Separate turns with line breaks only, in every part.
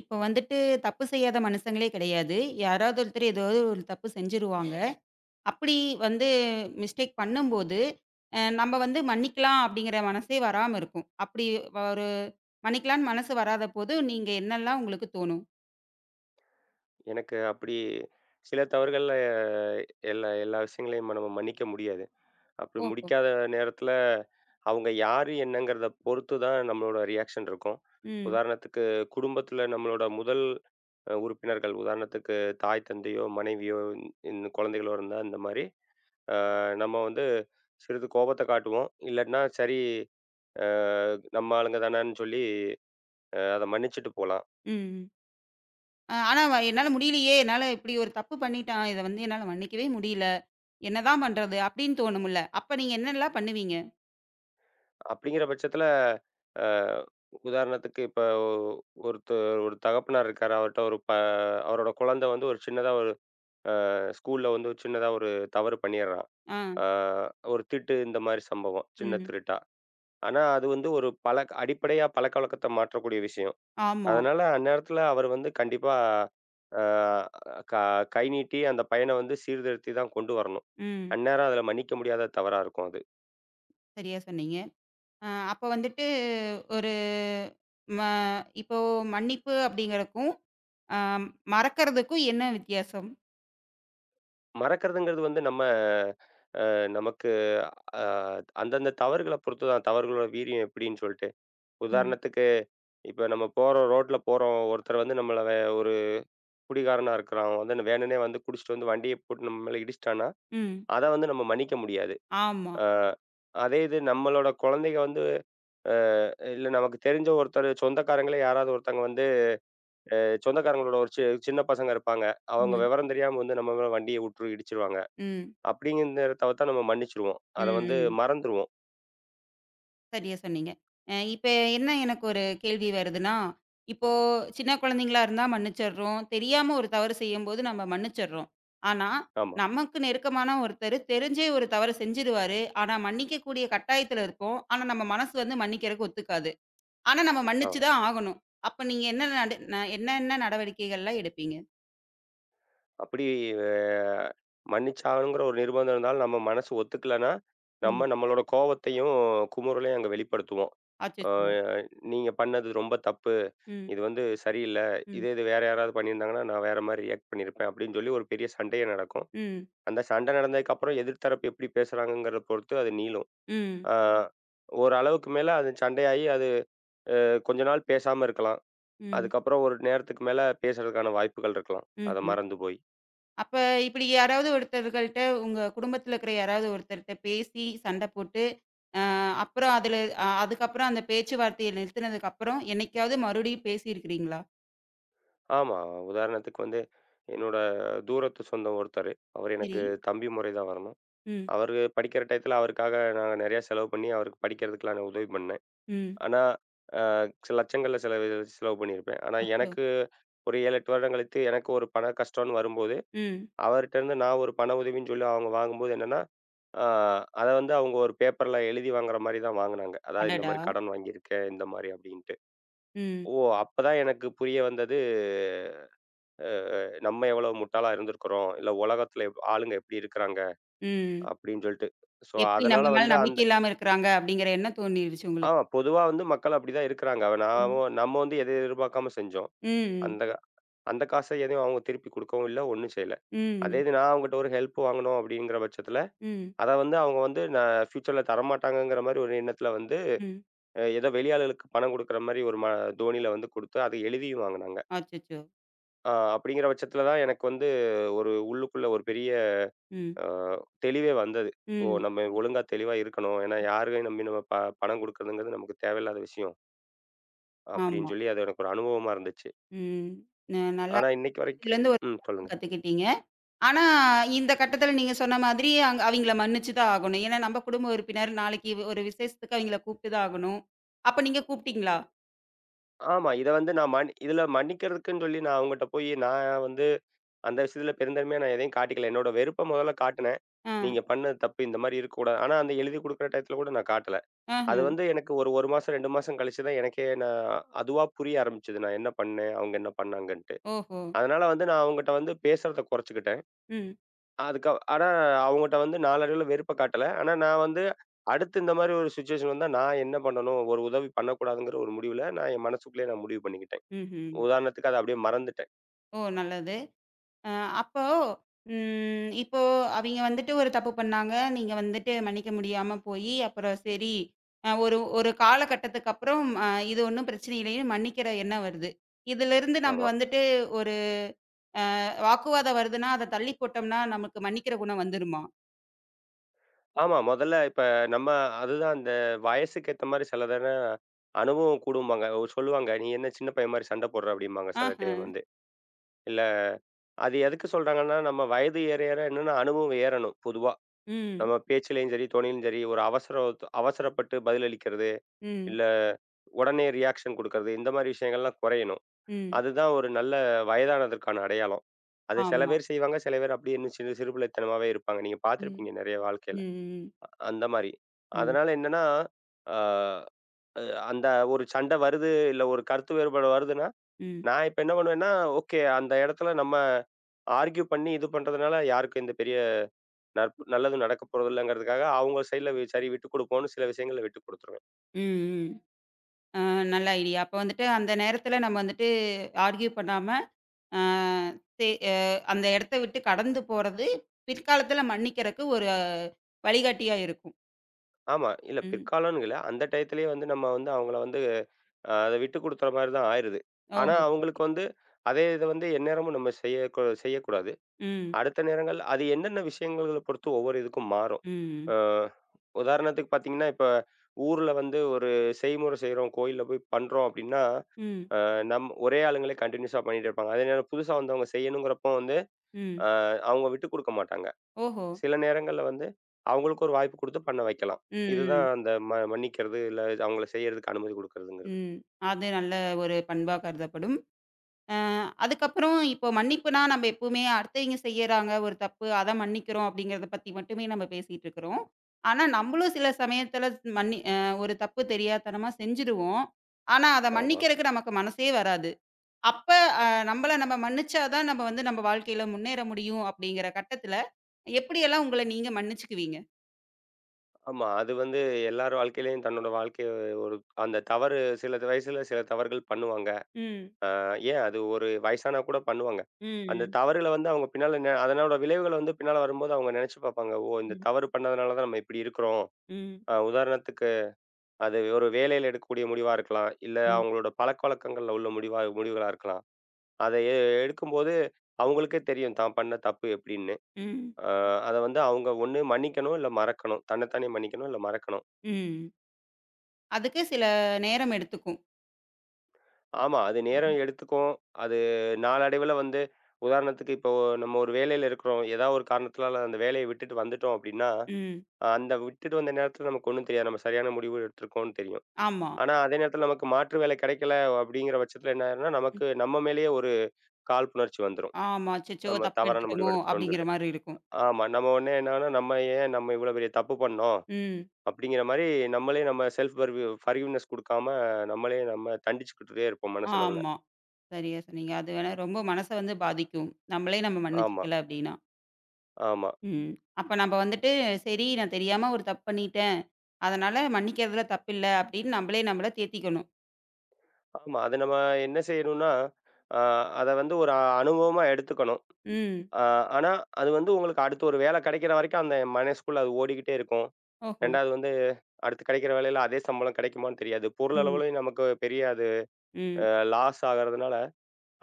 இப்ப வந்துட்டு தப்பு செய்யாத மனுஷங்களே கிடையாது. யாராவது ஒருத்தர் ஏதாவது ஒரு தப்பு செஞ்சுருவாங்க. அப்படி வந்து மிஸ்டேக் பண்ணும்போது, நம்ம வந்து மன்னிக்கலாம் அப்படிங்கிற மனசே வராம இருக்கும். அப்படி ஒரு மன்னிக்கலான்னு மனசு வராதபோது, நீங்க என்னல்லாம் உங்களுக்கு தோணும்?
எனக்கு அப்படி சில தவறுகள்ல எல்லா எல்லா விஷயங்களையும் நம்ம மன்னிக்க முடியாது. அப்படி
ஓஹோ!
முடிக்காத நேரத்தில, அவங்க யாரு என்னங்கிறத பொறுத்து தான் நம்மளோட ரியாக்ஷன் இருக்கும்.
ம்.
உதாரணத்துக்கு குடும்பத்தில நம்மளோட முதல் உறுப்பினர்கள், உதாரணத்துக்கு தாய், தந்தையோ, மனைவியோ, இந்த இந்த குழந்தைகளோ இருந்தா இந்த மாரி, அ நம்ம வந்து சிறிது கோபத்த காட்டுவோம். இல்லாட்டினா சரி அ நம்ம ஆளுங்க தானேன்னு சொல்லி அத மன்னிச்சுட்டு போலாம்.
ம். ஆனா என்னால முடியலையே! என்னால இப்படி ஒரு தப்பு பண்ணிட்டான். இத வந்து என்னால மன்னிக்கவே முடியல. என்னதான் பண்றது? அப்படின்னு தோணும்ல. அப்ப நீங்க என்னல்லாம் பண்ணுவீங்க?
அப்படிங்கிற பட்சத்துல, அ உதாரணத்துக்கு இப்ப ஒருத்தர் ஒரு தகப்பனார் இருக்காரு. அவர்ட்ட ஒரு ப அவரோட குழந்தை வந்து ஒரு சின்னதா ஒரு ஸ்கூல்ல வந்து ஒரு சின்னதா ஒரு தவறு பண்ணிடுறான்.
ஆ.
அ ஒரு திருட்டு இந்த மாரி சம்பவம். சின்ன
ம்.
திருட்டா. ஆனா அது வந்து ஒரு பழக்க அடிப்படையா பழக்கவழக்கத்த மாற்றக்கூடிய விஷயம்.
ஆமா.
அதனால அந்நேரத்துல அவர் வந்து கண்டிப்பா அ க கை நீட்டி அந்த பையன வந்து சீர்திருத்தி தான் கொண்டு வரணும்.
ம்.
அந்நேரம் அதுல மன்னிக்க முடியாத தவறா இருக்கும் அது.
சரியா சொன்னீங்க. அப்ப வந்துட்டு ஒரு ம இப்போ மன்னிப்பு அப்படிங்கிறக்கும், அ மறக்கறதுக்கும் என்ன வித்தியாசம்?
மறக்கிறதுங்கிறது வந்து நம்ம நமக்கு அ அந்தந்த தவறுகள பொறுத்து தான். தவறுகளோட வீரியம் எப்படின்னு சொல்ட்டு.
ம்.
உதாரணத்துக்கு, இப்ப நம்ம போறோம் ரோட்ல போறோம். ஒருத்தர் வந்து நம்மள ஒரு குடிகாரனா இருக்கிறான். அவன் வந்து வேணுன்னே வந்து குடிச்சிட்டு வந்து வண்டிய போட்டு நம்ம மேல இடிச்சிட்டான்னா,
ம்.
அத வந்து நம்ம மன்னிக்க முடியாது.
ஆமா.
அ அதே இது நம்மளோட குழந்தைங்க வந்து அ இல்ல நமக்கு தெரிஞ்ச ஒருத்தர் சொந்தக்காரங்களே யாராவது ஒருத்தவங்க வந்து அ சொந்தக்காரங்களோட ஒரு சி சின்ன பசங்க இருப்பாங்க. அவங்க
ம்.
விவரம் தெரியாம வந்து நம்ம மேல வண்டிய விட்டு இடிச்சிருவாங்க.
ம்.
அப்படிங்கிற நேரத்த பார்த்தா நம்ம மன்னிச்சுருவோம். அத வந்து
ம், ம்.
மறந்துருவோம்.
சரியா சொன்னீங்க. இப்ப என்ன எனக்கு ஒரு கேள்வி வருதுன்னா, இப்போ சின்ன குழந்தைங்களா இருந்தா மன்னிச்சர்றோம். தெரியாம ஒரு தவறு செய்யும்போது நம்ம மன்னிச்சர்றோம். ஆனா,
ஆமா.
நமக்கு நெருக்கமான ஒருத்தர் தெரிஞ்சே ஒரு தவறு செஞ்சுருவாரு. ஆனா, மன்னிக்கக்கூடிய கட்டாயத்துல இருப்போம். ஆனா, நம்ம மனசு வந்து மன்னிக்கிறக்கு ஒத்துக்காது. ஆனா நம்ம
ஆ.
மன்னிச்சு தான் ஆகணும். அப்ப நீங்க என்ன நடு ந என்னென்ன நடவடிக்கைகள்லாம் எடுப்பீங்க?
அப்படி அ மன்னிச்சாகணுங்கிற ஒரு நிர்பந்தம் இருந்தாலும், நம்ம மனசு ஒத்துக்கலன்னா,
ம்.
நம்ம நம்மளோட கோவத்தையும், குமுறலையும் அங்க வெளிப்படுத்துவோம். அ
அச்சச்சோ!
"நீங்க பண்ணது ரொம்ப தப்பு.
ம்.
இது வந்து சரியில்ல.
ம்.
இதே இது வேற யாராவது பண்ணியிருந்தாங்கன்னா, நான் வேற மாரி ரியாக்ட் பண்ணியிருப்பேன்." அப்படின்னு சொல்லி ஒரு பெரிய சண்டையே நடக்கும்.
ம்.
அந்த சண்டை நடந்ததுக்கப்புறம் எதிர் தரப்பு எப்படி பேசுறாங்கங்கிறத பொறுத்து அது நீளும்.
ம்.
அ ஒரு அளவுக்கு மேல அது சண்டையாகி, அது கொஞ்ச நாள் பேசாம இருக்கலாம்.
ம்.
அதுக்கப்புறம் ஒரு நேரத்துக்கு மேல பேசுறதுக்கான வாய்ப்புகள் இருக்கலாம். அத
ம்ஹ்ம்.
மறந்து போய்.
அப்ப இப்படி யாராவது ஒருத்தர்கள்ட்ட உங்க குடும்பத்துல இருக்கிற யாராவது ஒருத்தர்ட்ட பேசி சண்டை போட்டு, அ அப்புறம் அதுல அ அதுக்கப்புறம் அந்த பேச்சுவார்த்தைய நிறுத்தினதுக்கு அப்புறம் என்னைக்காவது மறுபடியும் பேசியிருக்கிறீங்களா?
ஆமா. உதாரணத்துக்கு வந்து, என்னோட தூரத்து சொந்தம் ஒருத்தரு. அவரு எனக்கு
சரி.
தம்பி முறை தான் வரணும்.
ம்.
அவரு படிக்கிற டயத்துல அவருக்காக நாங்க நெறையா செலவு பண்ணி, அவருக்கு படிக்கிறதுக்கு நான் உதவி பண்ணேன்.
ம்.
ஆனா, அ சில லட்சங்கள்ல செலவு செலவு பண்ணியிருப்பேன். ஆனா
அச்சோ!
எனக்கு ஒரு 7, 8 வருடம் கழித்து எனக்கு ஒரு பண கஷ்டம்ன்னு வரும்போது,
ம்.
அவர்ட்டருந்து நான் ஒரு பண உதவின்னு சொல்லி அவங்க வாங்கும்போது என்னன்னா, அ அத வந்து அவங்க ஒரு பேப்பர்ல எழுதி வாங்குற மாரி தான் வாங்குனாங்க. அதாவது இந்த
அடடா!
மாரி கடன் வாங்கியிருக்கேன், இந்த மாரி அப்டின்ட்டு.
ம்.
ஓ! அப்பதான் எனக்கு புரிய வந்தது நம்ம எவ்வளவு முட்டாளா இருந்திருக்கிறோம், இல்ல உலகத்துல ஆளுங்க எப்படி இருக்கிறாங்க
ம்.
அப்படின்னு சொல்லிட்டு. ஸோ
எப்படி நம்ம
அதனால
மேல
வந்து அந்த
நம்பிக்கை இல்லாம இருக்கிறாங்க அப்படிங்கிற எண்ணம் தோணிருச்சு
ஆ
உங்களுக்கு?
பொதுவா வந்து மக்கள் அப்படிதான் இருக்கிறாங்க. அவ நாம
ம்.
நம்ம வந்து எதை எதிர்பார்க்காம செஞ்சோம்.
ம்.
அந்த அந்த காச எதையும் அவங்க திருப்பி குடுக்கவும் இல்ல, ஒண்ணும் செய்யல. அதே
ம்.
இது நான் அவங்ககிட்ட ஒரு ஹெல்ப் வாங்கணும் அப்படிங்கிற பட்சத்துல,
ம்.
அத வந்து அவங்க வந்து ஃபியூச்சர்ல தரமாட்டாங்கங்கிற மாரி ஒரு எண்ணத்துல வந்து,
ம்.
ஏதோ வெளியாளுகளுக்கு பணம் குடுக்குற மாரி ஒரு ம தோணியில வந்து குடுத்து, அத எழுதியும் வாங்குனாங்க.
அச்சச்சோ!
ஆ அப்படிங்கிற பட்சத்துல தான் எனக்கு வந்து ஒரு உள்ளுக்குள்ள ஒரு பெரிய
ம்.
அ தெளிவே வந்தது. ஓ!
ம்.
நம்ம ஒழுங்கா தெளிவா இருக்கணும். ஏன்னா யாரையும் நம்பி நம்ம ப பணம் குடுக்குறதுங்கிறது நமக்கு தேவையில்லாத விஷயம். அப்படின்னு
ஆமா.
சொல்லி அது எனக்கு ஒரு அனுபவமா இருந்துச்சு.
ம். நல்லா
ஆனா இன்னைக்கு வரைக்கும்.
இதுலருந்து ஒரு
ம்
பாடமும்
சொல்லுங்க.
கத்துக்கிட்டீங்க. ஆனா, இந்த கட்டத்துல நீங்க சொன்ன மாதிரி அவிங்கள மன்னிச்சு தான் ஆகணும். ஏன்னா, நம்ம குடும்ப உறுப்பினர் நாளைக்கு ஒரு விசேஷத்துக்கு அவிங்கள கூப்ட்டு தான் ஆகணும். அப்ப நீங்க கூப்ட்டீங்களா?
ஆமா. இத வந்து நான் இதில மன்னிக்கிறதுக்குன்னு சொல்லி நான் அவங்கட்ட போயி நான் வந்து அந்த விஷயத்தில பெருந்தன்மையா நான் எதையும் காட்டிக்கல. என்னோட வெறுப்ப முதல்ல காட்டுனேன்.
ஆ.
நீங்க பண்ணது தப்பு. இந்த மாரி இருக்கக்கூடாது. ஆனா அந்த எழுதி குடுக்குற டயத்தில கூட நான் காட்டல.
ஆஹ.
அது வந்து எனக்கு ஒரு 1 மாசம், 2 மாசம் கழிச்சு தான் எனக்கே நான் அதுவா புரிய ஆரம்பிச்சது. நான் என்ன பண்ணேன்? அவங்க என்ன பண்ணாங்கன்ட்டு.
ஓஹோ!
அதனால வந்து நான் அவங்கட்ட வந்து பேசுறத குறைச்சுக்கிட்டேன்.
ம்.
அதுக்கு ஆனா அவங்கட்ட வந்து நாளடைவுல வெறுப்ப காட்டல. ஆனா நான் வந்து அடுத்து இந்த மாரி ஒரு சிச்சுவேஷன் வந்தா நான் என்ன பண்ணணும்? ஒரு உதவி பண்ணக்கூடாதுங்கிற ஒரு முடிவுல நான் என் மனசுக்குள்ளேயே நான் முடிவு பண்ணிக்கிட்டேன்.
ம்ஹ்ம்.
உதாரணத்துக்கு அத அப்படியே மறந்துட்டேன்.
ஓ! நல்லது. அ அப்போ இப்போ அவிங்க வந்துட்டு ஒரு தப்பு பண்ணாங்க. நீங்க வந்துட்டு மன்னிக்க முடியாம போயி, அப்புறம் சரி ஒரு ஒரு காலகட்டத்துக்கு அப்புறம் இது ஒண்ணும் பிரச்சனை இல்லைன்னு மன்னிக்கிற எண்ணம் வருது. இதிலிருந்து நம்ம
ஆமா.
வந்துட்டு ஒரு வாக்குவாதம் வருதுன்னா, அத தள்ளி போட்டோம்னா, நமக்கு மன்னிக்கிற குணம் வந்துருமா?
ஆமா. முதல்ல இப்ப நம்ம அதுதான் அந்த வயசுக்கு ஏத்த மாரி சில நேரம் அனுபவம் கூடும்பாங்க. ஒரு சொல்லுவாங்க, "நீ என்ன சின்ன பையன் மாரி சண்ட போடுற" அப்படிம்பாங்க சில
ஆஹ.
டைம் வந்து. இல்ல அது எதுக்கு சொல்றாங்கன்னா, நம்ம வயது ஏற ஏற என்னன்னா அனுபவம் ஏறணும் பொதுவா.
ம்.
நம்ம பேச்சிலயும் சரி, தொனியிலும் சரி, ஒரு அவசர அவசரப்பட்டு பதிலளிக்கிறது.
ம்.
இல்ல உடனே ரியாக்ஷன் குடுக்கறது, இந்த மாரி விஷயங்கள்லாம் குறையணும்.
ம்.
அதுதான் ஒரு நல்ல வயதானதற்கான அடையாளம். அது சில
ஆமா.
பேர் செய்வாங்க, சில பேர் அப்படியே இன்னும் சிறு சிறு பிள்ளைத்தனமாவே இருப்பாங்க. நீங்க
ம்.
பார்த்துருப்பீங்க நெறைய
ம்.
வாழ்க்கையில.
ம்.
அந்த மாரி.
ம்.
அதனால என்னன்னா, ஆ அ அந்த ஒரு சண்டை வருது, இல்ல ஒரு கருத்து வேறுபாடு வருதுன்னா,
ம்.
நான் இப்ப என்ன பண்ணுவேன்னா, ஓகே அந்த இடத்துல நம்ம ஆர்க்யூ பண்ணி இது பண்றதுனால யாருக்கும் எந்த பெரிய நல்லதும் நடக்க போறதில்லங்கிறதுக்காக, அவங்க சைடுல சரி விட்டுக் குடுப்போம்னு சில விஷயங்கள விட்டுக் குடுத்துருவேன்.
ம். ம். அ நல்ல ஐடியா. அப்ப வந்துட்டு அந்த நேரத்துல நம்ம வந்துட்டு ஆர்கியூ பண்ணாம ஆ தே அ அந்த இடத்த விட்டு கடந்து போறது, பிற்காலத்துல மன்னிக்கிறக்கு ஒரு வழிகாட்டியா இருக்கும்.
ஆமா. இல்ல
ம்.
பிற்காலம்னு இல்ல. அந்த டயத்திலேயே வந்து நம்ம வந்து அவங்கள வந்து அத விட்டு குடுத்துற மாரி தான் ஆயிருது.
ஓஹோ!
ஆனா,
சரி,
அவங்களுக்கு
சரி.
வந்து அதே இத வந்து எந்நேரமும் நம்ம செய்யக்கூடாது.
ம்,
அடுத்த நேரங்கள் அது என்னென்ன விஷயங்கள பொறுத்து ஒவ்வொரு இதுக்கும் மாறும்.
ம்,
அ உதாரணத்துக்கு பார்த்தீங்கன்னா, இப்ப ஊர்ல வந்து ஒரு செய்முறை செய்றோம், கோயில்ல போய் பண்றோம் அப்டின்னா,
ம்,
நம் ஒரே ஆளுங்களே கன்டினியூஸா பண்ணிட்டு இருப்பாங்க. அதே நேரம் புதுசா வந்தவங்க செய்யணுங்கிறப்போ வந்து,
ம்.
அ அவங்க விட்டு குடுக்க மாட்டாங்க.
ஓஹோ!
சில நேரங்கள்ல வந்து, அவங்களுக்கு ஒரு வாய்ப்பு குடுத்து பண்ண வைக்கலாம். இதுதான்
ம், ம்,
அந்த மன்னிக்கிறது, இல்ல அவங்கள செய்யறதுக்கு அனுமதி குடுக்குறதுங்கிறது.
ம். அது நல்ல ஒரு பண்பா கருதப்படும். அ அதுக்கப்புறம் இப்போ மன்னிப்புனா நம்ம எப்பவுமே அடுத்தவைங்க செய்யறாங்க ஒரு தப்பு, அத மன்னிக்கிறோம் அப்படிங்கிறத பத்தி மட்டுமே நம்ம பேசிட்டு இருக்கிறோம். ஆனா நம்மளும் சில சமயத்துல மன்னி அ ஒரு தப்பு தெரியாத்தனமா செஞ்சுருவோம். ஆனா அத
ஆமா.
மன்னிக்கிறக்கு நமக்கு மனசே வராது. அப்ப அ நம்மள நம்ம மன்னிச்சா தான் நம்ம வந்து நம்ம வாழ்க்கையில முன்னேற முடியும் அப்படிங்கிற கட்டத்துல, எப்படியெல்லாம் உங்கள நீங்க மன்னிச்சுக்குவீங்க?
ஆமா. அது வந்து எல்லார் வாழ்க்கையிலயும் தன்னோட வாழ்க்கைய ஒரு அந்த தவறு சில வயசுல சில தவறுகள் பண்ணுவாங்க.
ம்.
ஏன் அது ஒரு வயசானா கூட பண்ணுவாங்க. அந்த
ம்.
தவறுகள வந்து அவங்க பின்னால அதனோட விளைவுகள வந்து பின்னால வரும்போது அவங்க நெனச்சு பாப்பாங்க. ஓ! இந்த
ம்.
தவறு பண்ணதுனால தான் நம்ம இப்டி இருக்கிறோம்.
ம்.
உதாரணத்துக்கு அது ஒரு வேலையில எடுக்கக்கூடிய முடிவா இருக்கலாம். இல்ல
ம்.
அவங்களோட பழக்கவழக்கங்கள்ல உள்ள முடிவுகளா இருக்கலாம். அத எடுக்கும்போது அவங்களுக்கே தெரியும் தான் பண்ண தப்பு எப்டின்னு.
ம்.
அ அத வந்து அவங்க ஒண்ணு மன்னிக்கணும், இல்ல மறக்கணும். தன்னத்தானே மன்னிக்கணும், இல்ல மறக்கணும்.
ம். அதுக்கு சில நேரம் எடுத்துக்கும்.
ஆமா, அது நேரம் எடுத்துக்கும். அது நாளடைவுல வந்து உதாரணத்துக்கு இப்போ நம்ம ஒரு வேலையில இருக்கிறோம். ஏதாவது ஒரு காரணத்தினால அந்த வேலைய விட்டுட்டு வந்துட்டோம் அப்டின்னா,
ம்.
அந்த விட்டுட்டு வந்த நேரத்துல நமக்கு ஒண்ணும் தெரியாது. நம்ம சரியான முடிவு எடுத்திருக்கோம்னு தெரியும்.
ஆமா.
ஆனா அதே நேரத்துல நமக்கு மாற்று வேலை கிடைக்கல அப்டிங்கிற பட்சத்துல என்ன ஆயிரும்னா,
ம்.
நமக்கு நம்ம மேலேயே ஒரு காழ்ப்புணர்ச்சி வந்துரும்.
ஆமா. அச்சச்சோ!
நம்ம
தப்பு
தவறான முடிவு
எடுத்துட்டோமோ!
எடுத்துட்டோம்னு
அப்படிங்கிற
சொல்லி.
மாரி இருக்கும்.
ஆமா. நம்ம உடனே என்னன்னா, நம்ம ஏன் நம்ம இவ்வளோ பெரிய தப்பு பண்ணோம்?
ம்.
அப்படிங்கிற மாரி நம்மளே நம்ம செல்ஃப் ஃபர்கிவ்னெஸ் குடுக்காம நம்மளே நம்ம தண்டிச்சுக்கிட்டே இருப்போம் மனசளவுல.
ஆமா. சரியா சொன்னீங்க. அது வேணா ரொம்ப மனச வந்து பாதிக்கும். நம்மளே நம்ம
ஆமா,
மன்னிச்சுக்கல அப்படின்னா.
ஆமா,
ம். அப்ப நம்ப வந்துட்டு, "சரி நான் தெரியாம ஒரு தப்பு பண்ணிட்டேன். அதனால மன்னிக்கிறதுல தப்பில்ல." அப்படின்னு நம்பளே நம்பள தேத்திக்கணும்.
ஆமா. அத நம்ம என்ன செய்யணும்னா, அ அத வந்து அனுபவமா எடுத்துக்கணும்.
ம்.
அ ஆனா, அது வந்து உங்களுக்கு அடுத்து ஒரு வேலை கிடைக்கிற வரைக்கும் அந்த மனசுக்குள்ள அது ஓடிக்கிட்டே இருக்கும்.
ஓஹோ!
2வது வந்து அடுத்து கிடைக்கிற வேலையில அதே சம்பளம் கிடைக்குமான்னு தெரியாது.
ம்.
பொருளளவுலயும் நமக்கு பெரிய அது அ
ம்.
லாஸ் ஆகறதுனால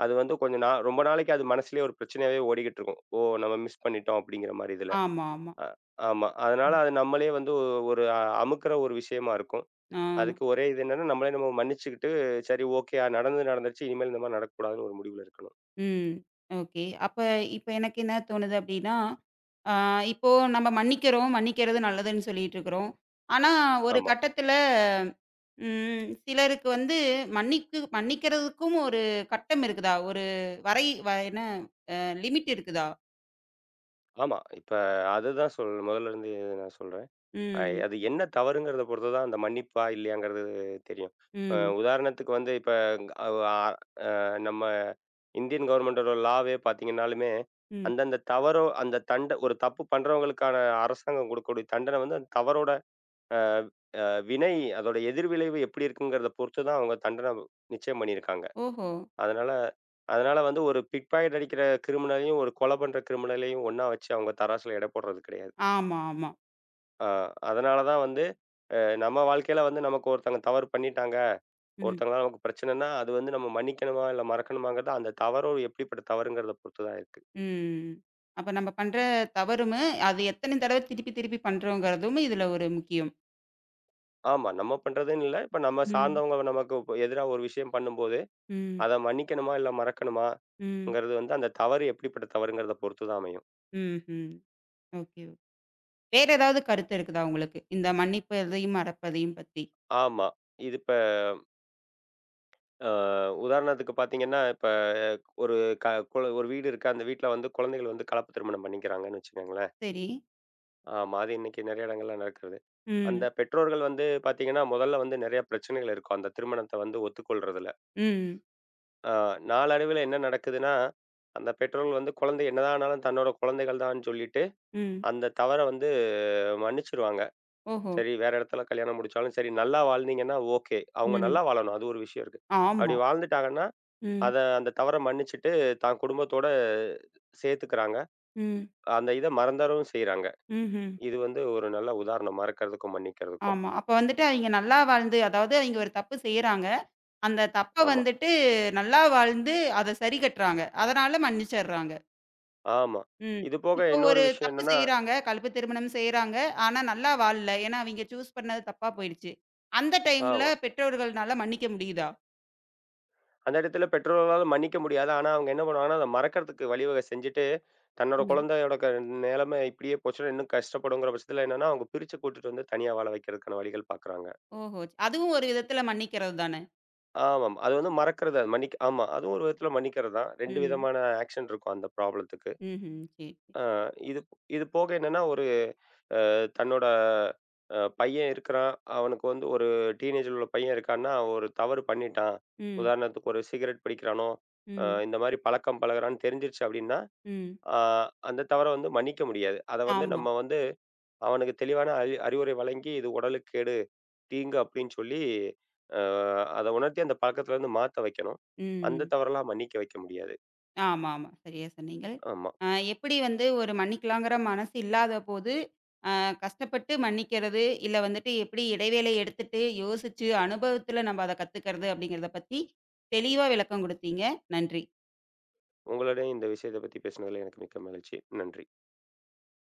அது வந்து கொஞ்சம் ரொம்ப நாளைக்கு அது மனசுலயே ஒரு பிரச்சனையாவே ஓடிக்கிட்டு இருக்கும். ஓ! நம்ம மிஸ் பண்ணிட்டோம் அப்படிங்கிற மாரி இதுல.
ஆமா, ஆமா.
அ ஆமா. அதனால
ம்.
அது நம்மளே வந்து ஒரு அமுக்குற ஒரு விஷயமா இருக்கும்.
ஆ.
அதுக்கு ஒரே இது என்னன்னா, நம்மளே நம்ம மன்னிச்சுக்கிட்டு, சரி ஓகே நடந்தது நடந்துருச்சு. இனிமேல் இந்த மாரி நடக்கக்கூடாதுன்னு ஒரு முடிவுல இருக்கணும்.
ம். ஓகே. அப்ப இப்ப எனக்கு என்ன தோணுது அப்படின்னா, ஆ இப்போ நம்ம மன்னிக்கிறோம், மன்னிக்கிறது நல்லதுன்னு சொல்லிட்டுருக்குறோம். ஆனா, ஒரு
ஆமா,
கட்டத்துல ம் சிலருக்கு வந்து மன்னிக்கிறதுக்கும் ஒரு கட்டம் இருக்குதா? ஒரு வரை வ என்ன அ லிமிட் இருக்குதா?
ஆமா. இப்ப அதுதான் முதல்ல இருந்து நான் சொல்றேன்.
ம்.
அது என்ன தவறுங்கிறத பொறுத்து தான் அந்த மன்னிப்பா இல்லையாங்கிறது தெரியும். அ
ம்.
உதாரணத்துக்கு வந்து இப்ப அ அ- நம்ம இந்தியன் கவர்மெண்டோட லாவே பார்த்தீங்கன்னாலுமே,
ம்.
அந்தந்த தவறோ அந்த தண்ட ஒரு தப்பு பண்றவங்களுக்கான அரசாங்கம் குடுக்கக்கூடிய தண்டனை வந்து அந்த தவறோட அ அ வினை அதோட எதிர்விளைவு எப்படி இருக்குங்கிறத பொறுத்து தான் அவங்க தண்டனை நிச்சயம் பண்ணியிருக்காங்க.
ஓஹோ!
அதனால அதனால வந்து ஒரு பிக் பாக்கெட் அடிக்கிற கிரிமினலையும், ஒரு கொலை பண்ற கிரிமினலையும் ஒண்ணா வச்சு அவங்க தராசுல எடை போடுறது கிடையாது.
ஆமா, ஆமா.
அ அதனால தான் வந்து அ நம்ம வாழ்க்கையில வந்து நமக்கு ஒருத்தவங்க தவறு பண்ணிட்டாங்க,
ம்,
ஒருத்தவங்களால நமக்கு பிரச்சனைன்னா, அது வந்து நம்ம மன்னிக்கணுமா, இல்ல மறக்கணுமாங்கிறது அந்த தவறு எப்படிப்பட்ட தவறுங்கிறத பொறுத்து தான் இருக்கு.
ம். அப்ப நம்ம பண்ற தவறுமு, அது எத்தன தடவ திருப்பி திருப்பி பண்றோங்கிறதும் இதுல ஒரு முக்கியம்.
ஆமா. நம்ம பண்றதுன்னு இல்ல. இப்ப நம்ம
ம்,
சார்ந்தவங்க நமக்கு இப்ப எதிரா ஒரு விஷயம் பண்ணும்போது,
ம்,
அத மன்னிக்கணுமா? இல்ல
ம்,
மறக்கணுமாங்கிறது வந்து அந்த தவறு எப்படிப்பட்ட தவறுங்கிறத பொறுத்து தான் அமையும்.
ம்ஹ்ம். ஓகே. வேற ஏதாவது கருத்து இருக்குதா உங்களுக்கு? இந்த மன்னிப்பதையும், மறப்பதையும் பத்தி?
ஆமா. இது இப்ப அ உதாரணத்துக்கு பார்த்தீங்கன்னா, இப்ப அஹ், ஒரு க குழ ஒரு வீடு இருக்கு. அந்த வீட்ல வந்து குழந்தைகள் வந்து கலப்பு திருமணம் பண்ணிக்கிறாங்கன்னு வச்சுக்கோங்களேன்.
சரி.
ஆமா. அது இன்னைக்கு நெறைய இடங்கள்ல நடக்குது. அந்த
ம்,
பெற்றோர்கள் வந்து பார்த்தீங்கன்னா, முதல்ல வந்து நெறைய பிரச்சனைகள் இருக்கும். அந்த திருமணத்த வந்து ஒத்துக்கொள்றதுல.
ம்,
அ நாளடைவில என்ன நடக்குதுன்னா, அந்த பெற்றோர்கள் வந்து குழந்தை என்னதான் ஆனாலும் தன்னோட குழந்தைகள் தான்னு சொல்லிட்டு
ம்.
அந்த தவற வந்து மன்னிச்சுருவாங்க.
ஓஹோ!
சரி வேற இடத்துல கல்யாணம் முடிச்சாலும் சரி நல்லா வாழ்ந்தீங்கன்னா ஓகே. அவங்க
ம்.
நல்லா வாழணும். அது ஒரு விஷயம் இருக்கு. அப்படி
ஆமா.
வாழ்ந்துட்டாங்கன்னா,
ம்,
அத அந்த தவற மன்னிச்சுட்டு தான் குடும்பத்தோட சேர்த்துக்கிறாங்க.
ம்,
அந்த இத மறந்தரவும் செய்றாங்க.
ம்ஹ்ம்.
இது வந்து ஒரு நல்ல உதாரணம் மறக்கிறதுக்கும், மன்னிக்கிறதுக்கும்.
ஆமா. அப்ப வந்துட்டு அவிங்க நல்லா வாழ்ந்து, அதாவது அவிங்க ஒரு தப்பு செய்றாங்க. அந்த தப்ப
ஆமா,
வந்துட்டு நல்லா வாழ்ந்து, அத சரி கட்டுறாங்க. அதனால மன்னிச்சர்றாங்க.
ஆமா.
ம்.
இது போக
இப்போ
இன்னொரு
ஒரு
விஷயம்
தப்பு
என்னன்னா
செய்றாங்க. கலப்பு திருமணம் செய்றாங்க. ஆனா நல்லா வாழல. ஏன்னா, அவிங்க சூஸ் பண்ணது தப்பா போயிடுச்சு. அந்த டைம்ல
ஆமா.
பெற்றோர்கள்னால மன்னிக்க முடியுதா?
அந்த இடத்துல பெற்றோர்களால மன்னிக்க முடியாது. ஆனா, அவங்க என்ன பண்ணுவாங்கன்னா, அத மறக்கறதுக்கு வழிவகை செஞ்சுட்டு, தன்னோட
ம்.
குழந்தையோட க நிலைமை இப்படியே போச்சுன்னா, இன்னும் கஷ்டப்படுங்கிற பட்சத்துல என்னன்னா, அவங்க பிரிச்சு கூட்டிட்டு வந்து தனியா வாழ வைக்கிறதுக்கான வழிகள் பாக்குறாங்க.
ஓஹோ! அதுவும் ஒரு விதத்துல மன்னிக்கிறது தானே!
ஆமாம். அது வந்து மறக்கிறது. அது மன்னிக்க ஆமா. அதுவும் ஒரு விதத்துல மன்னிக்கிறது தான். 2
ம்.
விதமான ஆக்ஷன் இருக்கும் அந்த ப்ராப்ளத்துக்கு.
ம்ஹ்ம். சரி, சரி.
அ இது இது போக என்னன்னா, ஒரு தன்னோட பையன் இருக்கிறான். அவனுக்கு வந்து ஒரு டீனேஜ்ல உள்ள பையன் இருக்கான்னா, அவன் ஒரு தவறு பண்ணிட்டான்.
ம்.
உதாரணத்துக்கு ஒரு சிகரெட் பிடிக்கிறானோ,
ம்.
இந்த மாரி பழக்கம் பழகுறான்னு தெரிஞ்சிருச்சு அப்படின்னா,
ம்.
ஆ அந்த தவற வந்து மன்னிக்க முடியாது. அத வந்து
ஆமா.
நம்ம வந்து அவனுக்கு தெளிவான அறிவுரை வழங்கி, இது உடலுக்கு கேடு, தீங்கு அப்படின்னு சொல்லி அ அத உணர்த்தி அந்த பழக்கத்துலருந்து மாத்த வைக்கணும். அந்த
ம்.
தவறெல்லாம் மன்னிக்க வைக்க முடியாது.
ஆமாமா. சரியா சொன்னீங்க.
ஆமா.
அ எப்படி வந்து ஒரு மன்னிக்கலாங்கிற மனசு இல்லாத போது கஷ்டப்பட்டு மன்னிக்கிறது, இல்ல வந்துட்டு எப்படி இடைவேளை எடுத்துட்டு யோசிச்சு அனுபவத்துல நம்ம அத கத்துக்கிறது அப்படிங்கிறத பத்தி தெளிவா விளக்கம் குடுத்தீங்க. நன்றி.
உங்களுடைய இந்த விஷயத்த பத்தி பேசினதுல எனக்கு மிக்க மகிழ்ச்சி. நன்றி.